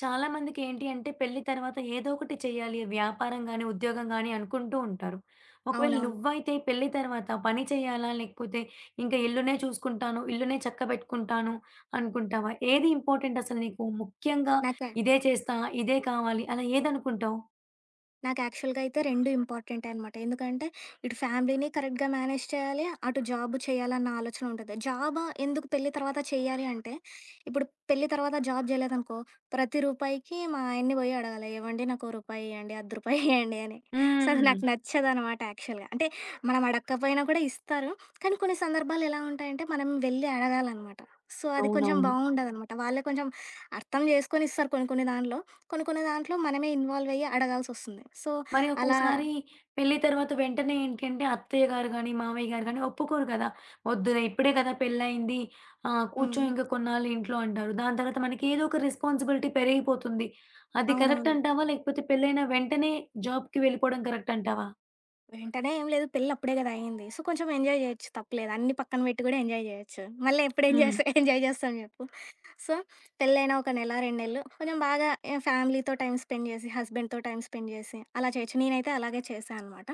చాలా మందికేంటి అంటే పెళ్లి తర్వాత ఏదో ఒకటి చేయాలి. వ్యాపారం గాని, ఉద్యోగం గాని అనుకుంటూ ఉంటారు. ఒకవేళ అవునవును. నువ్వైతే పెళ్లి తర్వాత పని చేయాలా? లేకపోతే ఇంకా ఇల్లునే చూసుకుంటాను, ఇల్లునే చక్కబెట్టుకుంటాను అనుకుంటావా? ఏది ఇంపార్టెంట్ అసలు నీకు? ముఖ్యంగా నాకా ఇదే చేస్తా, ఇదే కావాలి అలా ఏదనుకుంటావు? నాకు యాక్చువల్‌గా అయితే 2 ఇంపార్టెంటే అనమాట. ఎందుకంటే ఇటు ఫ్యామిలీని కరెక్ట్‌గా మేనేజ్ చేయాలి. అటు జాబ్ చేయాలన్న ఆలోచన ఉంటది. జాబ్ ఎందుకు పెళ్లి తర్వాత చేయాలి అంటే, ఇప్పుడు పెళ్లి తర్వాత జాబ్ చేయలేదనుకో, ప్రతి రూపాయికి మా ఆయన్ని పోయి అడగాలి. "ఏవండీ నాకో రూపాయి ఇయ్యండి, అర్ధ రూపాయి ఇయ్యండి" అని. సో, అది హ్మ్. నాకు నచ్చదనమాట యాక్చువల్‌గా. అంటే మనం అడగకపోయినా కూడా ఇస్తారు. కానీ కొన్ని సందర్భాలు ఎలా ఉంటాయంటే మనం వెళ్లి అడగాలనమాట. సో, అది కొంచెం అవునవును. బావుండదనమాట. వాళ్ళే కొంచెం అర్థం చేసుకొని ఇస్తారు కొన్ని కొన్ని దాంట్లో. కొన్ని కొన్ని దాంట్లో మనమే ఇన్వాల్వ్ అయ్యి అడగాల్సొస్తుంది. సో, మరి అలా ఒక్కోసారి పెళ్లి తర్వాత వెంటనే ఏంటంటే అత్తయ్య గారు గాని, మామయ్య గారు గాని ఒప్పుకోరు కదా! "వద్దులే ఇప్పుడే కదా పెళ్లయింది. ఆహ్, కూర్చో హ్మ్. ఇంక కొన్నాళ్ళు ఇంట్లో" అంటారు. దాని తర్వాత మనకి ఏదో ఒక రెస్పాన్సిబిలిటీ పెరిగిపోతుంది. అది కరెక్ట్ అవునవును. అంటావా? లేకపోతే పెళ్లైన వెంటనే జాబ్‌కి వెళ్ళిపోవడం కరెక్ట్ అంటావా? వెంటనే ఏం లేదు. పెళ్లప్పుడే గదా అయింది. సో, కొంచెం ఎంజాయ్ జేయొచ్చు తప్పులేదు. అన్నీ పక్కన బెట్టి గూడా ఎంజాయ్ జేయొచ్చు. మళ్ళీ ఎప్పుడు ఎంజాయ్ హ్మ్. చేస్తా ఎంజాయ్ జేస్తాం జెప్పు. సో, పెళ్లైన ఒక నెల, 2 నెలలు కొంచెం బాగా ఏ ఫ్యామిలీతో టైమ్ స్పెండ్ జేసి, హస్బెండ్‌తో టైమ్ స్పెండ్ జేసి అలా చేయొచ్చు. నేనైతే అలాగే చేశా అనమాట.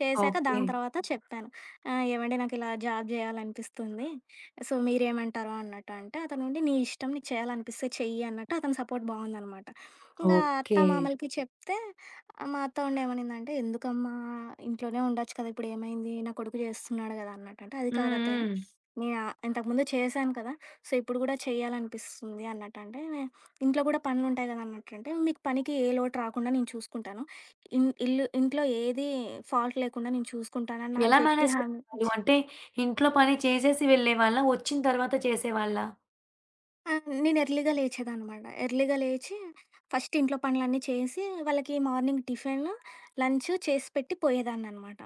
చేశాక ఓకే. దాని తర్వాత చెప్పాను. ఆహ్, ఏవండీ నాకిలా జాబ్ జేయాలనిపిస్తుంది. సో, మీరేమంటారు అన్నట్టు అంటే, అతనుండి నీ ఇష్టం నీకు చేయాలనిపిస్తే చెయ్యి అన్నట్టు అతని సపోర్ట్ బావుందనమాట. ఇంగా అత్త, ఓకే. మామలకి చెప్తే ఆ! మా అత్త ఉండి ఏమనిందంటే, "ఎందుకమ్మా ఇంట్లోనే ఉండొచ్చు కదా! ఇప్పుడేమైంది? నా కొడుకు చేస్తున్నాడు గదా!" అన్నట్టంటే, "అది హ్మ్. కాదు అత్తయ్య, హ్మ్. నేను ఆహ్, ఇంతకుముందు చేశాను కదా! సో, ఇప్పుడు గూడా చెయ్యాలనిపిస్తుంది" అన్నట్టంటే, "ఇంట్లో గూడా పనులుంటాయి గదా!" అన్నట్టంటే, "మీకు పనికి ఏ లోటు రాకుండా నేను చూసుకుంటాను. ఇన్ ఇల్లు ఇంట్లో ఏది ఫాల్ట్ లేకుండా నేను చూసుకుంటాను" అని నాకు ఎలా గట్టి మేనేజ్ హామీ చేసేవాళ్ళు? ఇచ్చి అంటే ఇంట్లో పని చేసేసి వెళ్ళేవాళ్ళా? వచ్చిన తర్వాత చేసేవాళ్ళా? ఆ! నేను ఎర్లీగా లేచేదాన్నమాట. ఎర్లీగా లేచి ఫస్ట్ ఇంట్లో పనులన్నీ చేసి, వాళ్ళకి మార్నింగ్ టిఫిను, లంచు చేసి పెట్టి పోయేదాన్ననమాట.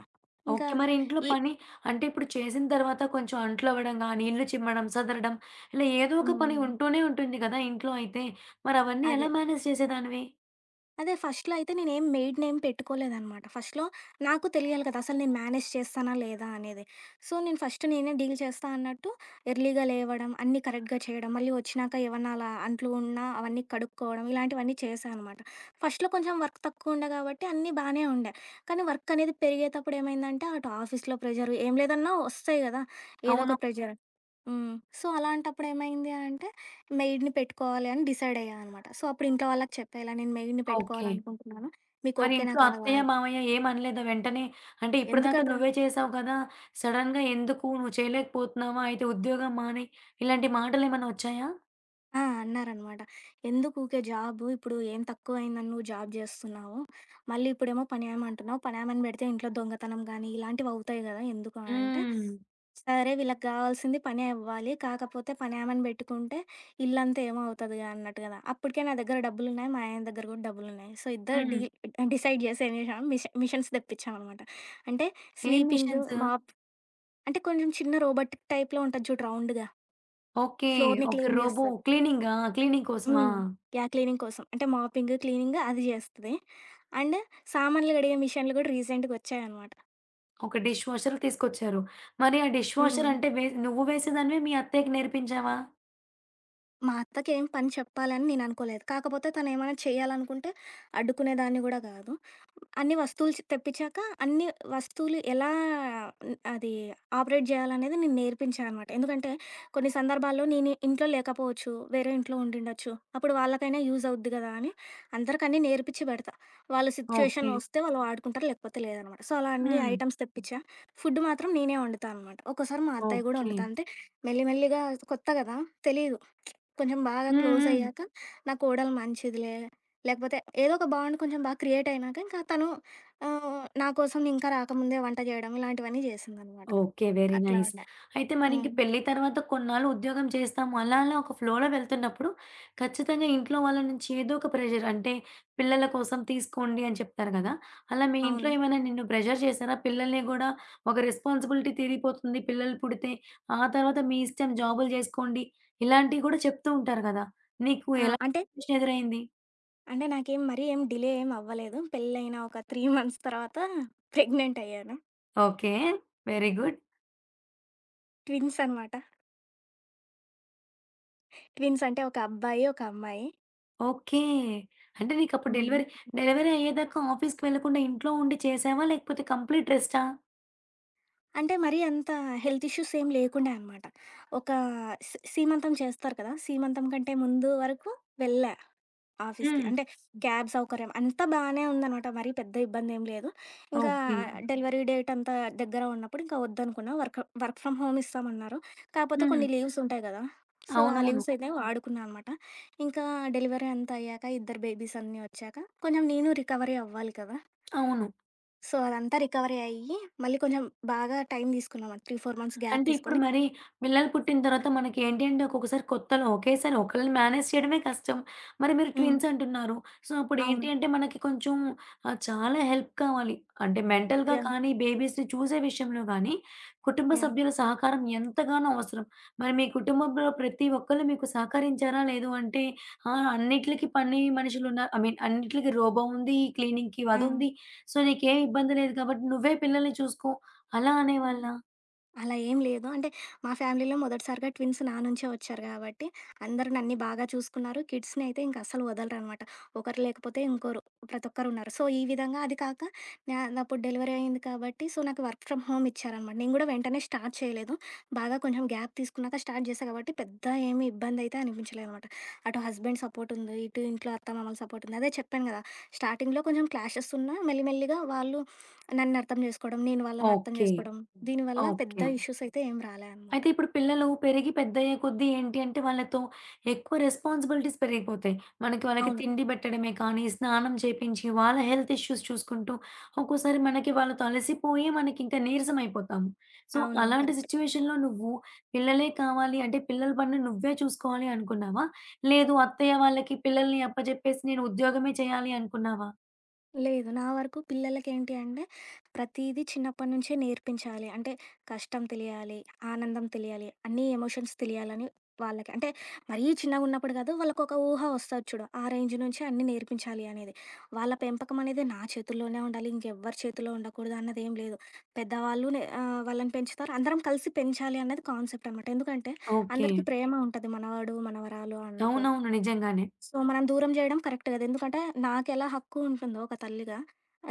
ఇంకా ఓకే. మరి ఇంట్లో ఈ పని అంటే ఇప్పుడు చేసిన తర్వాత కొంచెం అంట్లు అవ్వడం గాని, ఇల్లు చిమ్మడం, సదరడం ఇలా ఏదో ఒక పని హ్మ్. ఉంటూనే ఉంటుంది కదా! ఇంట్లో అయితే. మరి అవన్నీ అదే. ఎలా మేనేజ్ చేసేదానివి? అదే ఫస్ట్‌లో అయితే నేనేం మెయిడ్ నేమ్ పెట్టుకోలేదనమాట. ఫస్ట్‌లో నాకు తెలియాలి కదా! అసలు నేను మేనేజ్ చేస్తానా లేదా అనేది. సో, నేను ఫస్ట్ నేనే డీల్ చేస్తా అన్నట్టు ఎర్లీగా లేవడం, అన్నీ కరెక్ట్‌గా చేయడం, మళ్ళీ వచ్చినాక ఏమన్నా అలా అంట్లు ఉన్నా అవన్నీ కడుక్కోవడం, ఇలాంటివన్నీ చేశా అనమాట. ఫస్ట్‌లో కొంచెం వర్క్ తక్కువుండే కాబట్టి అన్నీ బానే ఉండే. కానీ వర్క్ అనేది పెరిగేతప్పుడు ఏమైందంటే అటు ఆఫీస్‌లో ప్రెషరు ఏం లేదన్నా వస్తాయి గదా! ఏదో అవునా? ఒక ప్రెషర్. హ్మ్. సో, అలాంటప్పుడు ఏమైంది అంటే మెయిడ్‌ని పెట్టుకోవాలి అని డిసైడ్ అయ్యా అనమాట. సో, అప్పుడు ఇంట్లో వాళ్ళకి చెప్పా, ఇలా నేను మెయిడ్‌ని ఓకే. పెట్టుకోవాలనుకుంటున్నాను. మీకు మరి ఓకేనా ఇంట్లో కాదా అత్తయ్య, అని. మామయ్య ఏమనలేదా వెంటనే? అంటే ఇప్పటిదాకా ఎందుకంటారు? నువ్వే చేసావు కదా! సడెన్‌గా ఎందుకు నువ్వు చేయలేకపోతున్నావా? అయితే ఉద్యోగం మానేయి ఇలాంటి మాటలేమన్నా వచ్చాయా? ఆ! అన్నారనమాట. "ఎందుకు ఊకే జాబు? ఇప్పుడు ఏం తక్కువయిందని నువ్వు జాబ్ జేస్తున్నావు. మళ్ళీ ఇప్పుడేమో పనామె అంటున్నావు. పనామెని బెడితే ఇంట్లో దొంగతనం గానీ, ఇలాంటివి అవుతాయి గదా! ఎందుకు" అని అంటే, హ్మ్. "సరే వీళ్ళకి గావాల్సింది పనే అవ్వాలి. కాకపోతే పనామెని బెట్టుకుంటే ఇల్లంతా ఏమో అవుతదిగా" అన్నట్టు గదా! అప్పటికే నా దగ్గర డబ్బులున్నాయి. మా ఆయన దగ్గర గూడా డబ్బులున్నాయి. సో, ఇద్దరు హ్మ్. డిసైడ్ జేసి ఏం జేశాం, మిషన్స్ దెప్పిచ్చామనమాట. అంటే ఏం స్వీపింగు, మిషన్స్? మాప్ అంటే కొంచెం చిన్న రోబోటిక్ టైప్‌లో ఉంటది చూడు రౌండ్‌గా. ఓకే. ఫ్లోర్‌ని ఓకే. క్లీన్ రోబో జేస్తది. క్లీనింగా? క్లీనింగ్ కోసమా? హ్మ్. యాహ్! క్లీనింగ్ కోసం. అంటే మాపింగ్, క్లీనింగ్ అది జేస్తది. అండ్ సామాన్లు గడిగే మిషన్లు గూడా రీసెంట్‌గొచ్చాయనమాట. ఒక డిష్ వాషర్ తీసుకొచ్చారు. మరి ఆ డిష్ వాషర్ హ్మ్. అంటే నువ్వు వేసేదానివే మీ అత్తయ్యకి నేర్పించావా? మా అత్తకేం పని చెప్పాలని నేను అనుకోలేదు. కాకపోతే తనేమైనా చేయాలనుకుంటే అడ్డుకునేదాన్ని గూడా గాదు. అన్ని వస్తువులు తెప్పిచ్చాక అన్ని వస్తువులు ఎలా అది ఆపరేట్ జేయాలనేది నేను నేర్పించా అనమాట. ఎందుకంటే కొన్ని సందర్భాల్లో నేను ఇంట్లో లేకపోవచ్చు, వేరే ఇంట్లో ఉండిండొచ్చు. అప్పుడు వాళ్ళకైనా యూజ్ అవుద్ది గదా! అని అందరికన్నీ నేర్పిచ్చి పెడతా. వాళ్ళ సిచ్యుయేషన్ ఓకే. వస్తే వాళ్ళు వాడుకుంటారు, లేకపోతే లేదనమాట. సో, అలా అన్ని హ్మ్. ఐటెమ్స్ తెప్పిచ్చా. ఫుడ్ మాత్రం నేనే వండుతా అనమాట. ఒక్కోసారి మా అత్తయ్య గూడా ఓకే. వండుతా. అంటే మెల్లిగా కొత్త గదా! తెలీదు. కొంచెం బాగా హ్మ్. హ్మ్. క్లోజయ్యాక, నా కోడలు మంచిదిలే, లేకపోతే ఏదో ఒక బాండ్ కొంచెం బాగా క్రియేటయినాక, ఇంకా తను ఆహ్, నా కోసం ఇంకా రాకముందే వంట జేయడం ఇలాంటివన్నీ జేసిందనమాట. ఓకే. వెరీ అట్లా హ్మ్. నైస్. ఉండే. అయితే మరింక హ్మ్. పెళ్లి తర్వాత కొన్నాళ్ళు ఉద్యోగం చేస్తాము. అలా అలా ఒక ఫ్లోలో వెళ్తున్నప్పుడు ఖచ్చితంగా ఇంట్లో వాళ్ళ నుంచి ఏదో ఒక ప్రెషర్ అంటే పిల్లల కోసం తీసుకోండి అని చెప్తారు కదా! అలా మీ ఇంట్లో అవును. ఏమైనా నిన్ను ప్రెషర్ చేశారా? పిల్లల్ని గూడా ఒక రెస్పాన్సిబిలిటీ తీరిపోతుంది. పిల్లలు పుడితే ఆ తర్వాత మీ ఇష్టం జాబులు జేసుకోండి. ఇలాంటివి గూడా చెప్తూ ఉంటారు గదా! నీకు ఆ! ఎలా అంటే, సిట్యుయేషన్ ఎదురైంది? అంటే నాకేం మరీ ఏం డిలే ఏం అవ్వలేదు. పెళ్లయిన ఒక 3 మంత్స్ తర్వాత ప్రెగ్నెంటయ్యాను. ఓకే. Very good. ట్విన్స్ అనమాట. ట్విన్స్ అంటే ఒక అబ్బాయి, ఒక అమ్మాయి. ఓకే. అంటే నీకప్పుడు హ్మ్. డెలివరీ డెలివరీ అయ్యేదాకా ఆఫీస్‌కి వెళ్ళకుండా ఇంట్లో ఉండి చేసావా? లేకపోతే కంప్లీట్ రెస్టా? అంటే మరీ అంత హెల్త్ ఇష్యూస్ ఏం లేకుండే అనమాట. ఒక సీమంతం చేస్తారు కదా! సీమంతం కంటే ముందు వరకు వెళ్ళా. ఆఫీస్‌కి. హ్మ్. అంటే క్యాబ్ సౌకర్యం అంతా బానే ఉందనమాట. మరీ పెద్ద ఇబ్బందేం లేదు. ఇంకా ఓకే. హ్మ్. డెలివరీ డేట్ అంతా దగ్గర ఉన్నప్పుడు ఇంకా వద్దనుకున్నా. వర్క్ వర్క్ ఫ్రమ్ హోమ్ ఇస్తామన్నారు. కాపోతే హ్మ్. కొన్ని లీవ్స్ ఉంటాయి గదా! సో, ఆ అవునవును. లీవ్స్ అయితే హ్మ్. వాడుకున్నా అనమాట. ఇంకా డెలివరీ అంతా అయ్యాక ఇద్దరు బేబీస్ అన్నీ వచ్చాక కొంచెం నేను రికవరీ అవ్వాలి కదా! అవును. సో, అదంతా రికవరీ అయ్యి మళ్ళీ కొంచెం బాగా టైం తీసుకున్నాం. 3, 4 మంత్స్ గ్యాప్ అంటే ఇప్పుడు తీసుకొని మరి పిల్లలు పుట్టిన తర్వాత మనకి ఏంటి అంటే ఒక్కొక్కసారి కొత్తలో ఒకేసారి ఒకళ్ళని మేనేజ్ చేయడమే కష్టం. మరి మీరు హ్మ్. ట్విన్స్ అంటున్నారు. సో, అప్పుడు అవును. ఏంటి అంటే మనకి కొంచెం ఆహ్, చాలా హెల్ప్ కావాలి. అంటే మెంటల్‌గా యాహ్! కానీ, బేబీస్‌ని చూసే విషయంలో గానీ, కుటుంబ యాహ్! సభ్యుల సహకారం ఎంతగానో అవసరం. మరి మీ కుటుంబంలో ప్రతి ఒక్కళ్ళు మీకు సహకరించారా? లేదు అంటే ఆ! అన్నిట్లకి పని మనుషులున్నారు. ఐ మీన్ అన్నిట్లకి రోబో ఉంది, క్లీనింగ్‌కి ఆ! అదుంది. సో, నీకేం ఇబ్బంది లేదు కాబట్టి నువ్వే పిల్లల్ని చూసుకో అలా ఆ! అనేవాళ్ళా? అలా ఏం లేదు. అంటే మా ఫ్యామిలీలో మొదటిసారిగా ట్విన్స్ నా నుంచే వచ్చారు గాబట్టి, అందరూ నన్ని బాగా చూసుకున్నారు. కిడ్స్‌ని అయితే ఇంక అస్సలు వదలరనమాట. ఒకరు లేకపోతే ఇంకోరు ప్రతి ఒక్కరున్నారు. సో, ఈ విధంగా అది కాక నా అప్పుడు డెలివరీ అయింది కాబట్టి, సో, నాకు వర్క్ ఫ్రమ్ హోమ్ ఇచ్చారనమాట. నేను కూడా వెంటనే స్టార్ట్ చేయలేదు. బాగా కొంచెం గ్యాప్ తీసుకున్నాక స్టార్ట్ చేశా కాబట్టి, పెద్ద ఏమి ఇబ్బందయితే అనిపించలేదనమాట. అటు హస్బెండ్ సపోర్టుంది, ఇటు ఇంట్లో అత్తమామల సపోర్టుంది. అదే చెప్పాను గదా! స్టార్టింగ్‌లో కొంచెం క్లాషెస్ ఉన్నా మెల్లిమెల్లిగా వాళ్ళు నన్నర్థం జేసుకోవడం, నేను వాళ్ళనర్థం ఓకే. జేసుకోవడం. హ్మ్. దీనివల్ల పెద్ద ఓకే. ఇష్యూస్ అయితే ఏం రాలే అనమాట. అయితే ఇప్పుడు పిల్లలు పెరిగి పెద్దయ్యే కొద్దీ ఏంటి అంటే, వాళ్ళతో ఎక్కువ రెస్పాన్సిబిలిటీస్ పెరిగిపోతాయి. మనకి వాళ్ళకి అవును. తిండి పెట్టడమే కానీ, స్నానం చేపించి, వాళ్ళ హెల్త్ ఇష్యూస్ చూసుకుంటూ, ఒక్కోసారి మనకి వాళ్ళతో అలసిపోయి మనకింకా నీరసమైపోతాము. సో, అవునవును. అలాంటి కరెక్ట్. సిట్యుయేషన్‌లో నువ్వు పిల్లలే కావాలి అంటే, పిల్లల పనులు నువ్వే చూసుకోవాలి అనుకున్నావా? లేదు అత్తయ్య వాళ్ళకి పిల్లల్ని అప్పజెప్పేసి నేను ఉద్యోగమే చేయాలి అనుకున్నావా? లేదు. నా వరకు పిల్లలకేంటి అంటే, ప్రతీదీ చిన్నప్పటి నుంచే నేర్పించాలి. అంటే, కష్టం తెలియాలి, ఆనందం తెలియాలి, అన్నీ ఎమోషన్స్ తెలియాలని వాళ్ళకి అంటే, మరీ చిన్నగున్నప్పుడు కాదు, వాళ్ళకొక ఊహ వస్తది చూడు, ఆ రేంజ్ నుంచే అన్నీ నేర్పించాలి అనేది. వాళ్ళ పెంపకం అనేది నా చేతుల్లోనే ఉండాలి, ఇంకెవ్వరి చేతిలో ఉండకూడదు అన్నదేం లేదు. పెద్దవాళ్ళు ఆహ్, వాళ్ళని పెంచుతారు, అందరం కలిసి పెంచాలి అన్నది కాన్సెప్ట్ అనమాట. ఎందుకంటే, ఓకే. అందరికీ ప్రేమ ఉంటది మనవాడు, మనవరాలు అన్నప్పుడు. అవునవును. నిజంగానే. సో, మనం దూరం జేయడం కరెక్ట్ గాదు. ఎందుకంటే, నాకెలా హక్కు ఉంటుందో ఒక తల్లిగా,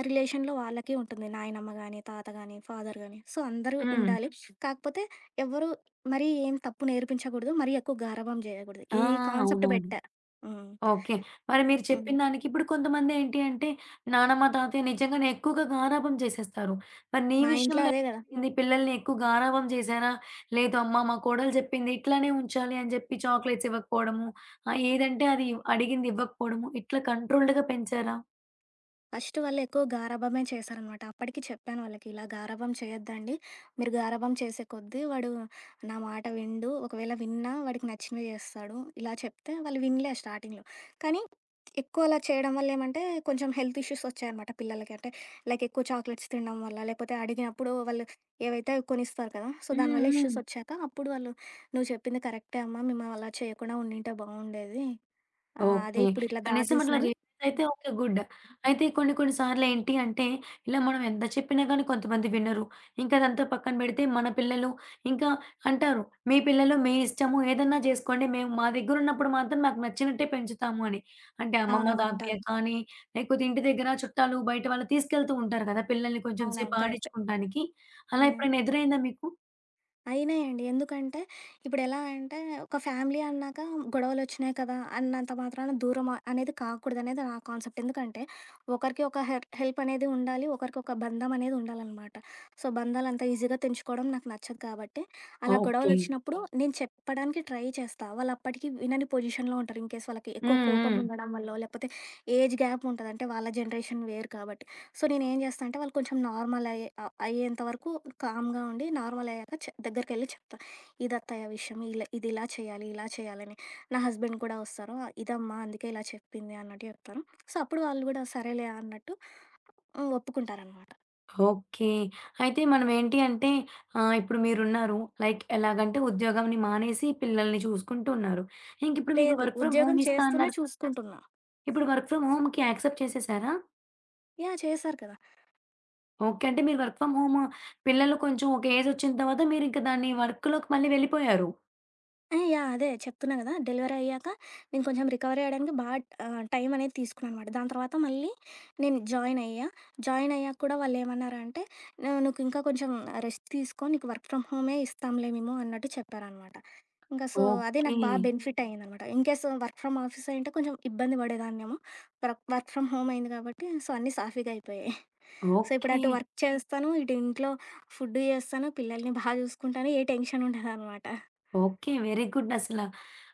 రిలేషన్‌లో వాళ్ళకి ఉంటుంది. నాయనమ్మ గానీ, తాత గానీ, ఫాదర్ గానీ. సో, అందరూ హ్మ్. ఉండాలి. కాకపోతే ఎవ్వరూ మరీ ఏం తప్పు నేర్పించకూడదు. మరీ ఎక్కువ గారాబం జేయకూడదు. ఆ! ఈ కాన్సెప్ట్ అవునవును. బెట్టా. హ్మ్. ఓకే. మరి మీరు హ్మ్. చెప్పిన దానికి ఇప్పుడు కొంతమందేంటి అంటే, నానమ్మ, తాతయ్య నిజంగానే ఎక్కువగా గారాబం చేసేస్తారు. మరి నీ మా ఇంట్లో విషయంలో అదే ఎలా గదా! జరిగింది? పిల్లల్ని ఎక్కువ గారాబం చేశారా? లేదు అమ్మ మా కోడలు చెప్పింది ఇట్లానే ఉంచాలి అని చెప్పి చాక్లెట్స్ ఇవ్వకపోవడము, ఆహ్, ఏదంటే అది అడిగింది ఇవ్వకపోవడము, ఇట్లా కంట్రోల్డ్‌గా పెంచారా? ఫస్ట్ వాళ్ళు ఎక్కువ గారాబమే చేశారనమాట. అప్పటికి చెప్పాను వాళ్ళకి, "ఇలా గారాబం చేయొద్దండి. మీరు గారాబం చేసే కొద్దీ వాడు నా మాట వినడు. ఒకవేళ విన్నా వాడికి నచ్చినవి చేస్తాడు." ఇలా చెప్తే వాళ్ళు వినలే స్టార్టింగ్‌లో. కానీ ఎక్కువ అలా చేయడం వల్ల ఏమంటే కొంచెం హెల్త్ ఇష్యూస్ వచ్చాయనమాట పిల్లలకి. అంటే లైక్ ఎక్కువ చాక్లెట్స్ తినడం వల్ల, లేకపోతే అడిగినప్పుడు వాళ్ళు ఏవైతే అవి కొనిస్తారు కదా! సో, హ్మ్. దానివల్ల హ్మ్. ఇష్యూస్ వచ్చాక అప్పుడు వాళ్ళు, "నువ్వు చెప్పింది కరెక్టే అమ్మా. మేము అలా చేయకుండా ఉండింటే బాగుండేది. ఆహ్, ఓకే. అదే ఇప్పుడు ఇట్లా దారి కనీసం అట్లా తీసిందని" రియలైజ్ అయితే ఓకే. గుడ్. అయితే కొన్ని కొన్ని సార్లేంటి అంటే, ఇలా మనం ఎంత చెప్పినా గానీ కొంతమంది వినరు. ఇంకా అదంతా పక్కన పెడితే మన పిల్లలు ఇంకా అంటారు, "మీ పిల్లలు మీ ఇష్టము. ఏదన్నా జేసుకోండి. మేము మా దగ్గరున్నప్పుడు మాత్రం మాకు నచ్చినట్టే పెంచుతాము" అని. అంటే అమ్మమ్మ, అవునవును. ఉంటారు. తాతయ్య కానీ, లేకపోతే ఇంటి దగ్గర చుట్టాలు, బయట వాళ్ళు తీసుకెళ్తూ ఉంటారు కదా! పిల్లల్ని కొంచెం సేపు అవునవును. కరెక్టే. ఆడించుకుంటానికి. అలా హ్మ్. ఎప్పుడైనా ఎదురైందా మీకు? అయినాయండి. ఎందుకంటే ఇప్పుడెలా అంటే ఒక ఫ్యామిలీ అన్నాక గొడవలొచ్చినాయి కదా! అన్నంత మాత్రాన అనేది కాకూడదనేది నా కాన్సెప్ట్. ఎందుకంటే ఒకరికి ఒక హెల్ప్ అనేది ఉండాలి. ఒకరికొక బంధం అనేది ఉండాలనమాట. సో, బంధాలంత ఈజీగా తెంచుకోవడం నాకు నచ్చదు కాబట్టి అలా ఓకే. గొడవలొచ్చినప్పుడు నేను చెప్పడానికి ట్రై చేస్తా. వాళ్ళప్పటికి వినని పొజిషన్‌లో ఉంటారు. ఇన్‌కేస్ వాళ్ళకి ఎక్కువ హ్మ్. కోపం హ్మ్. ఉండడం వల్లో లేకపోతే ఏజ్ గ్యాప్ ఉంటది. అంటే వాళ్ళ జనరేషన్ వేరు కాబట్టి. సో నేనేం జేస్తా అంటే వాళ్ళు కొంచెం నార్మల్ అయ్యేంత వరకు కామ్‌గా ఉండి నార్మల్ అయ్యాక దగ్గరికెళ్ళి చెప్తా. ఇదత్తయ్య విషయం. ఇలా చేయాలి, ఇలా చేయాలని. నా హస్బెండ్ కూడా వస్తారు. "ఆ, ఇదమ్మా అందుకే ఇలా చెప్పింది అన్నట్టు చెప్తాను. సో అప్పుడు వాళ్ళు గూడా సరేలే అన్నట్టు హ్మ్. ఒప్పుకుంటారనమాట. ఓకే. అయితే మనమేంటి అంటే ఆహ్, ఇప్పుడు మీరున్నారు. లైక్ ఎలాగంటే ఉద్యోగంని మానేసి పిల్లల్ని చూసుకుంటూ ఉన్నారు. ఇంకిప్పుడు మీకు లేదు వర్క్ ఫ్రమ్ ఉద్యోగం హోమ్ ఇస్తా చేస్తూనే అన్నారు. చూసుకుంటున్నా. ఇప్పుడు వర్క్ ఫ్రమ్ హోమ్‌కి యాక్సెప్ట్ చేసేసారా? యాహ్! చేశారు కదా! ఓకే. అంటే మీరు వర్క్ ఫ్రమ్ హోమ్ పిల్లలు కొంచెం ఒక ఏజొచ్చిన తర్వాత మీరింక దాన్ని వర్క్‌లోకి మళ్ళీ వెళ్ళిపోయారు. ఆ! యాహ్! అదే చెప్తున్నా గదా! డెలివరీ అయ్యాక నేను కొంచెం రికవరీ అవ్వడానికి ఆహ్, టైం అనేది తీసుకున్నా అనమాట. దాని తర్వాత మళ్ళీ నేను జాయిన్ అయ్యా. జాయిన్ అయ్యాక కూడా వాళ్ళేమన్నారంటే, "ఆహ్, నువ్వు ఇంకా కొంచెం రెస్ట్ తీసుకో. నీకు వర్క్ ఫ్రమ్ హోమే ఇస్తాంలే మేము" అన్నట్టు చెప్పారనమాట. ఇంకా సో, అదే నాకు ఓకే. బెనిఫిట్ అయిందనమాట. ఇన్‌కేస్ వర్క్ ఫ్రమ్ ఆఫీస్ అయ్యుంటే కొంచెం ఇబ్బంది పడేదాన్నేమో. వర్క్ వర్క్ ఫ్రమ్ హోమ్ అయింది కాబట్టి సో, అన్నీ సాఫీగా అయిపోయాయి. సో, ఇప్పుడు ఓకే. అటు వర్క్ చేస్తాను, ఇటు ఇంట్లో ఫుడ్ చేస్తాను, పిల్లల్ని బా చూసుకుంటాను, ఏ టెన్షన్ ఉండదనమాట. ఓకే. వెరీ గుడ్ అసల.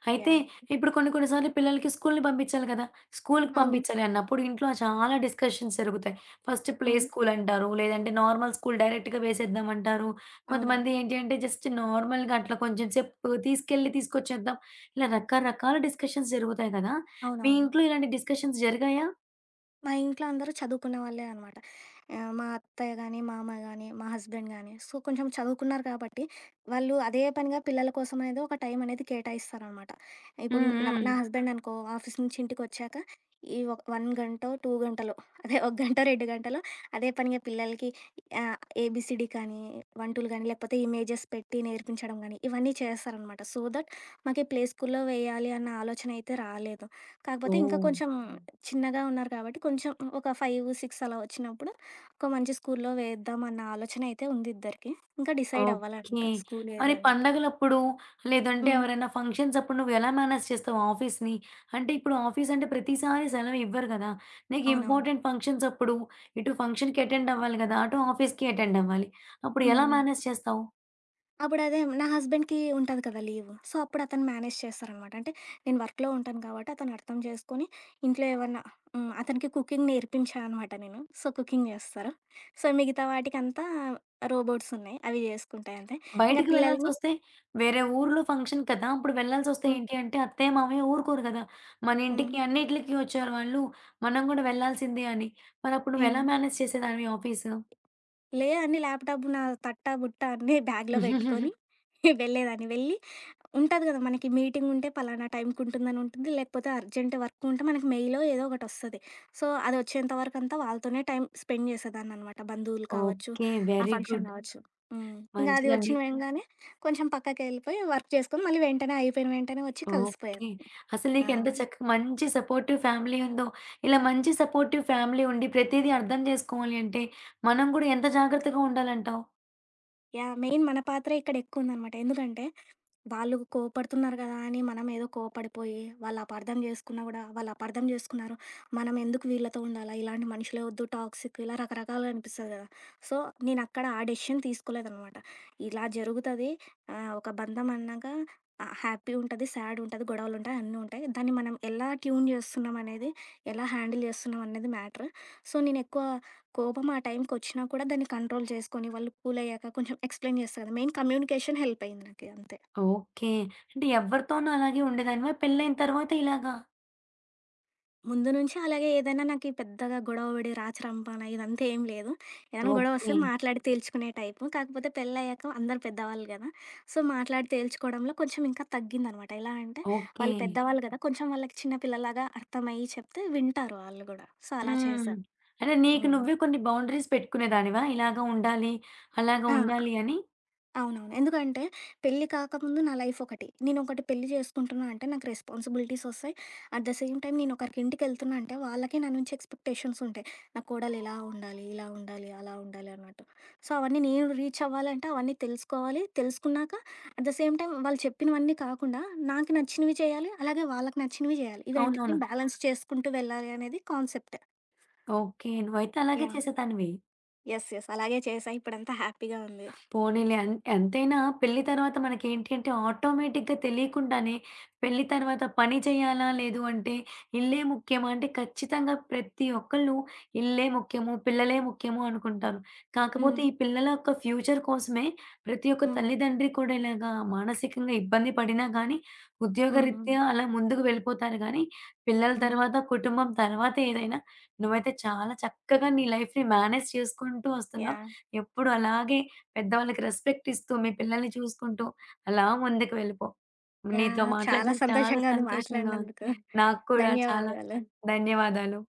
అయితే యాహ్! ఇప్పుడు కొన్ని కొన్ని సార్లు పిల్లలకి స్కూల్‌ని పంపించాలి కదా! స్కూల్‌కి అవును. పంపించాలి అన్నప్పుడు ఇంట్లో చాలా డిస్కషన్స్ జరుగుతాయి. ఫస్ట్ ఆ! ప్లే స్కూల్ అంటారు. లేదంటే నార్మల్ స్కూల్ డైరెక్ట్‌గా వేసేద్దాం అంటారు. కొంతమంది అవునవును. ఏంటి అంటే జస్ట్ నార్మల్‌గా అట్లా కొంచెం సేపు తీసుకెళ్ళి తీసుకొచ్చేద్దాం. ఇలా రకరకాల డిస్కషన్స్ జరుగుతాయి కదా! మీ అవునవును. ఇంట్లో ఇలాంటి డిస్కషన్స్ జరిగాయా? మా ఇంట్లో అందరూ చదువుకున్న వాళ్ళే అనమాట. ఆహ్, మా అత్తయ్య గాని, మామ గాని, మా హస్బెండ్ గాని సో, కొంచెం చదువుకున్నారు కాబట్టి, వాళ్ళు అదే పనిగా పిల్లల కోసం అనేది ఒక టైం అనేది కేటాయిస్తారనమాట. ఇప్పుడు హ్మ్. నా హ్మ్. నా హస్బెండ్ అనుకో ఆఫీస్ నుంచి ఇంటికొచ్చాక ఈ ఒ 1 గంటో, 2 గంటలో అదే 1 గంటో, 2 గంటలో అదే పనిగా పిల్లలకి ఆహ్, ఏబీసీడీ కానీ, వంటలు కానీ, లేకపోతే ఇమేజెస్ పెట్టి నేర్పించడం గానీ, ఇవన్నీ చేస్తారనమాట. సో దట్ మాకు ప్లే స్కూల్‌లో వేయాలి అన్న ఆలోచన అయితే రాలేదు. కాకపోతే ఇంకా ఓహ్! కొంచెం చిన్నగా ఉన్నారు కాబట్టి కొంచెం ఒక 5, 6 అలా వచ్చినప్పుడు ఒక మంచి స్కూల్లో వేద్దాం అన్న ఆలోచన అయితే ఉంది ఇద్దరికి. ఇంకా డిసైడ్ ఓకే. అవ్వాలంట స్కూల్ మరి ఏది అన్నట్టు. పండగలప్పుడు లేదంటే హ్మ్. ఎవరైనా ఫంక్షన్స్ అప్పుడు నువ్వెలా మేనేజ్ చేస్తావు ఆఫీస్‌ని? అంటే ఇప్పుడు ఆఫీస్ అంటే ప్రతిసారి సెలవు ఇవ్వరు గదా! నీకు అవునవును. ఇంపార్టెంట్ ఫంక్షన్స్ అప్పుడు ఇటు ఫంక్షన్‌కి అటెండ్ అవ్వాలి గదా! అటు ఆఫీస్‌కి అటెండ్ అవ్వాలి. అప్పుడు హ్మ్. ఎలా హ్మ్. మేనేజ్ చేస్తావు? అప్పుడదే నా హస్బెండ్‌కి ఉంటది కదా లీవ్. సో, అప్పుడు అతను మేనేజ్ చేస్తారనమాట. అంటే నేను వర్క్‌లో ఉంటాను కాబట్టి అతను అర్థం చేసుకొని ఇంట్లో ఏమన్నా హ్మ్. అతనికి కుకింగ్ నేర్పించా అనమాట నేను. సో, కుకింగ్ చేస్తారు. సో, మిగతా వాటికంతా రోబోట్స్ ఉన్నాయి. అవి చేసుకుంటాయి అంతే. ఇంక బయటికి పిల్లల్ని వెళ్ళాల్సొస్తే వేరే ఊర్లో ఫంక్షన్ కదా! అప్పుడు వెళ్ళాల్సొస్తే హ్మ్. ఏంటి అంటే అత్తయ్య, మామయ్య ఊరుకోరు గదా! మన హ్మ్. ఇంటికి అన్నిట్లికి వచ్చారు వాళ్ళు. మనం గూడా వెళ్ళాల్సిందే అని. మరప్పుడు నువ్వెలా హ్మ్. మేనేజ్ చేసేదానివి ఆఫీసు? లే అని ల్యాప్‌టాప్ నా తట్ట, బుట్ట అన్నీ బ్యాగ్‌లో పెట్టుకొని వెళ్ళేదాన్ని. వెళ్ళి ఉంటది కదా! మనకి మీటింగ్ ఉంటే పలానా టైంకి ఉంటుందని ఉంటుంది. లేకపోతే అర్జెంట్ వర్క్ ఉంటే మనకి మెయిలో ఏదో ఒకటొస్తది. సో, అది వచ్చేంత వరకంతా వాళ్ళతోనే టైం స్పెండ్ చేసేదాన్ననమాట. బంధువులు కావచ్చు, ఓకే. ఆ వెరీ ఫంక్షన్ గుడ్. కావచ్చు. హ్మ్. ఇంక అది మంచిదండి. వచ్చిన వెంగానే కొంచెం పక్కకెళ్ళిపోయి వర్క్ చేసుకొని మళ్ళీ వెంటనే అయిపోయిన వెంటనే వచ్చి ఓకే. కలిసిపోయేదాన్ని. అసలు ఆ! నీకెంత చక్కగా మంచి సపోర్టివ్ ఫ్యామిలీ ఉందో. ఇలా మంచి సపోర్టివ్ ఫ్యామిలీ ఉండి ప్రతీదీ అర్థం జేసుకోవాలి అంటే, మనం గూడా ఎంత జాగ్రత్తగా ఉండాలంటావు? యాహ్! మెయిన్ మన పాత్రే ఇక్కడ ఎక్కువుందనమాట. ఎందుకంటే వాళ్ళు కోపడుతున్నారు కదా అని మనం ఏదో కోపడిపోయి వాళ్ళు అపార్థం చేసుకున్నా కూడా వాళ్ళు అపార్థం చేసుకున్నారు మనం ఎందుకు వీళ్ళతో ఉండాలా ఇలాంటి మనుషులే వద్దు టాక్సిక్ ఇలా రకరకాలు అనిపిస్తుంది కదా సో నేను అక్కడ ఆ డెసిషన్ తీసుకోలేదన్నమాట ఇలా జరుగుతుంది ఒక బంధం అన్నాక హ్యాపీ ఉంటుంది సాడ్ ఉంటుంది గొడవలు ఉంటాయి అన్నీ ఉంటాయి దాన్ని మనం ఎలా ట్యూన్ చేస్తున్నాం అనేది ఎలా హ్యాండిల్ చేస్తున్నాం అనేది మ్యాటర్ సో నేను ఎక్కువ కోపం ఆ టైంకి వచ్చినా కూడా దాన్ని కంట్రోల్ చేసుకొని వాళ్ళు కూల్ అయ్యాక కొంచెం ఎక్స్ప్లెయిన్ చేస్తారు కదా మెయిన్ కమ్యూనికేషన్ హెల్ప్ అయింది నాకు అంతే ఓకే. అంటే ఎవరితోనూ అలాగే ఉండేదానివా? పెళ్లయిన తర్వాత ఇలాగా? ముందు నుంచి అలాగే ఏదైనా నాకి పెద్దగా గొడవ పడి రాచ రంపాన ఇదంతా ఏం లేదు. ఏదైనా గొడవ వస్తే ఓకే. మాట్లాడి తేల్చుకునే టైపు. కాకపోతే పెళ్ళయ్యాక అందరూ పెద్దవాళ్ళు గదా! సో, మాట్లాడి తేల్చుకోవడంలో కొంచెం ఇంకా తగ్గిందనమాట. ఎలా అంటే ఓకే. వాళ్ళు పెద్దవాళ్ళు గదా! కొంచెం వాళ్ళకి చిన్న పిల్లలాగా అర్థమయ్యి చెప్తే వింటారు వాళ్ళు గూడా. సో, అలా హ్మ్. చేశా. అంటే నీకు హ్మ్. నువ్వే కొన్ని బౌండరీస్ పెట్టుకునేదానివా? ఇలాగ ఉండాలి, అలాగ ఆ! ఉండాలి అని? అవునవును. ఎందుకంటే పెళ్లి కాకముందు నా లైఫ్ ఒకటి. నేనొకటి పెళ్లి చేసుకుంటున్నా అంటే నాకు రెస్పాన్సిబిలిటీస్ ఒస్తాయి. అట్ ద సేమ్ టైమ్ నేనొకరికి ఇంటికెళ్తున్నా అంటే వాళ్ళకి నా నుంచి ఎక్స్‌పెక్టేషన్స్ ఉంటాయి. నా కోడలు ఇలా ఉండాలి, అలా ఉండాలి అన్నట్టు. సో, అవన్నీ నేను రీచ్ అవ్వాలంటే అవన్నీ తెలుసుకోవాలి. తెలుసుకున్నాక అట్ ద సేమ్ టైమ్ వాళ్ళు చెప్పినవన్నీ కాకుండా నాకు నచ్చినవి చేయాలి. అలాగే వాళ్ళకి నచ్చినవి చేయాలి. ఇవి అవునవును. రెండిటిని బ్యాలెన్స్ చేసుకుంటూ వెళ్ళాలి అనేది కాన్సెప్ట్. ఓకే. నువ్వైతే అలాగే యాహ్! చేసేదానివి. యెస్. అలాగే చేశా. ఇప్పుడంతా హ్యాపీగా ఉంది. పోనీలే. అన్ ఎంతైనా పెళ్లి తర్వాత మనకేంటి అంటే ఆటోమేటిక్‌గా తెలియకుండానే పెళ్లి తర్వాత పని చేయాలా? లేదు అంటే ఇల్లే ముఖ్యమా? అంటే ఖచ్చితంగా ప్రతి ఒక్కళ్ళు ఇల్లే ముఖ్యము, పిల్లలే ముఖ్యము అనుకుంటారు. కాకపోతే హ్మ్. ఈ పిల్లల యొక్క ఫ్యూచర్ కోసమే ప్రతి ఒక్క హ్మ్. తల్లిదండ్రి కూడా ఇలాగా మానసికంగా ఇబ్బంది పడినా గానీ, హ్మ్. హ్మ్. ఉద్యోగరీత్యా అలా ముందుకు వెళ్ళిపోతారు గానీ, పిల్లల హ్మ్. తర్వాత, కుటుంబం తర్వాత ఏదైనా నువ్వైతే చాలా చక్కగా నీ లైఫ్‌ని మేనేజ్ చేసుకుంటూ వస్తున్నావు. యాహ్! ఎప్పుడు అలాగే పెద్దవాళ్ళకి రెస్పెక్ట్ ఇస్తూ, మీ పిల్లల్ని చూసుకుంటూ అలా ముందుకు వెళ్ళిపో. నీతో యాహ్! చాలా మాట్లాడడం చాలా సంతోషంగా ఉంది సంతోషంగా ఉంది. మాట్లాడినందుకు. నాకు కూడా చాలా ధన్యవాదాలు. ధన్యవాదాలు.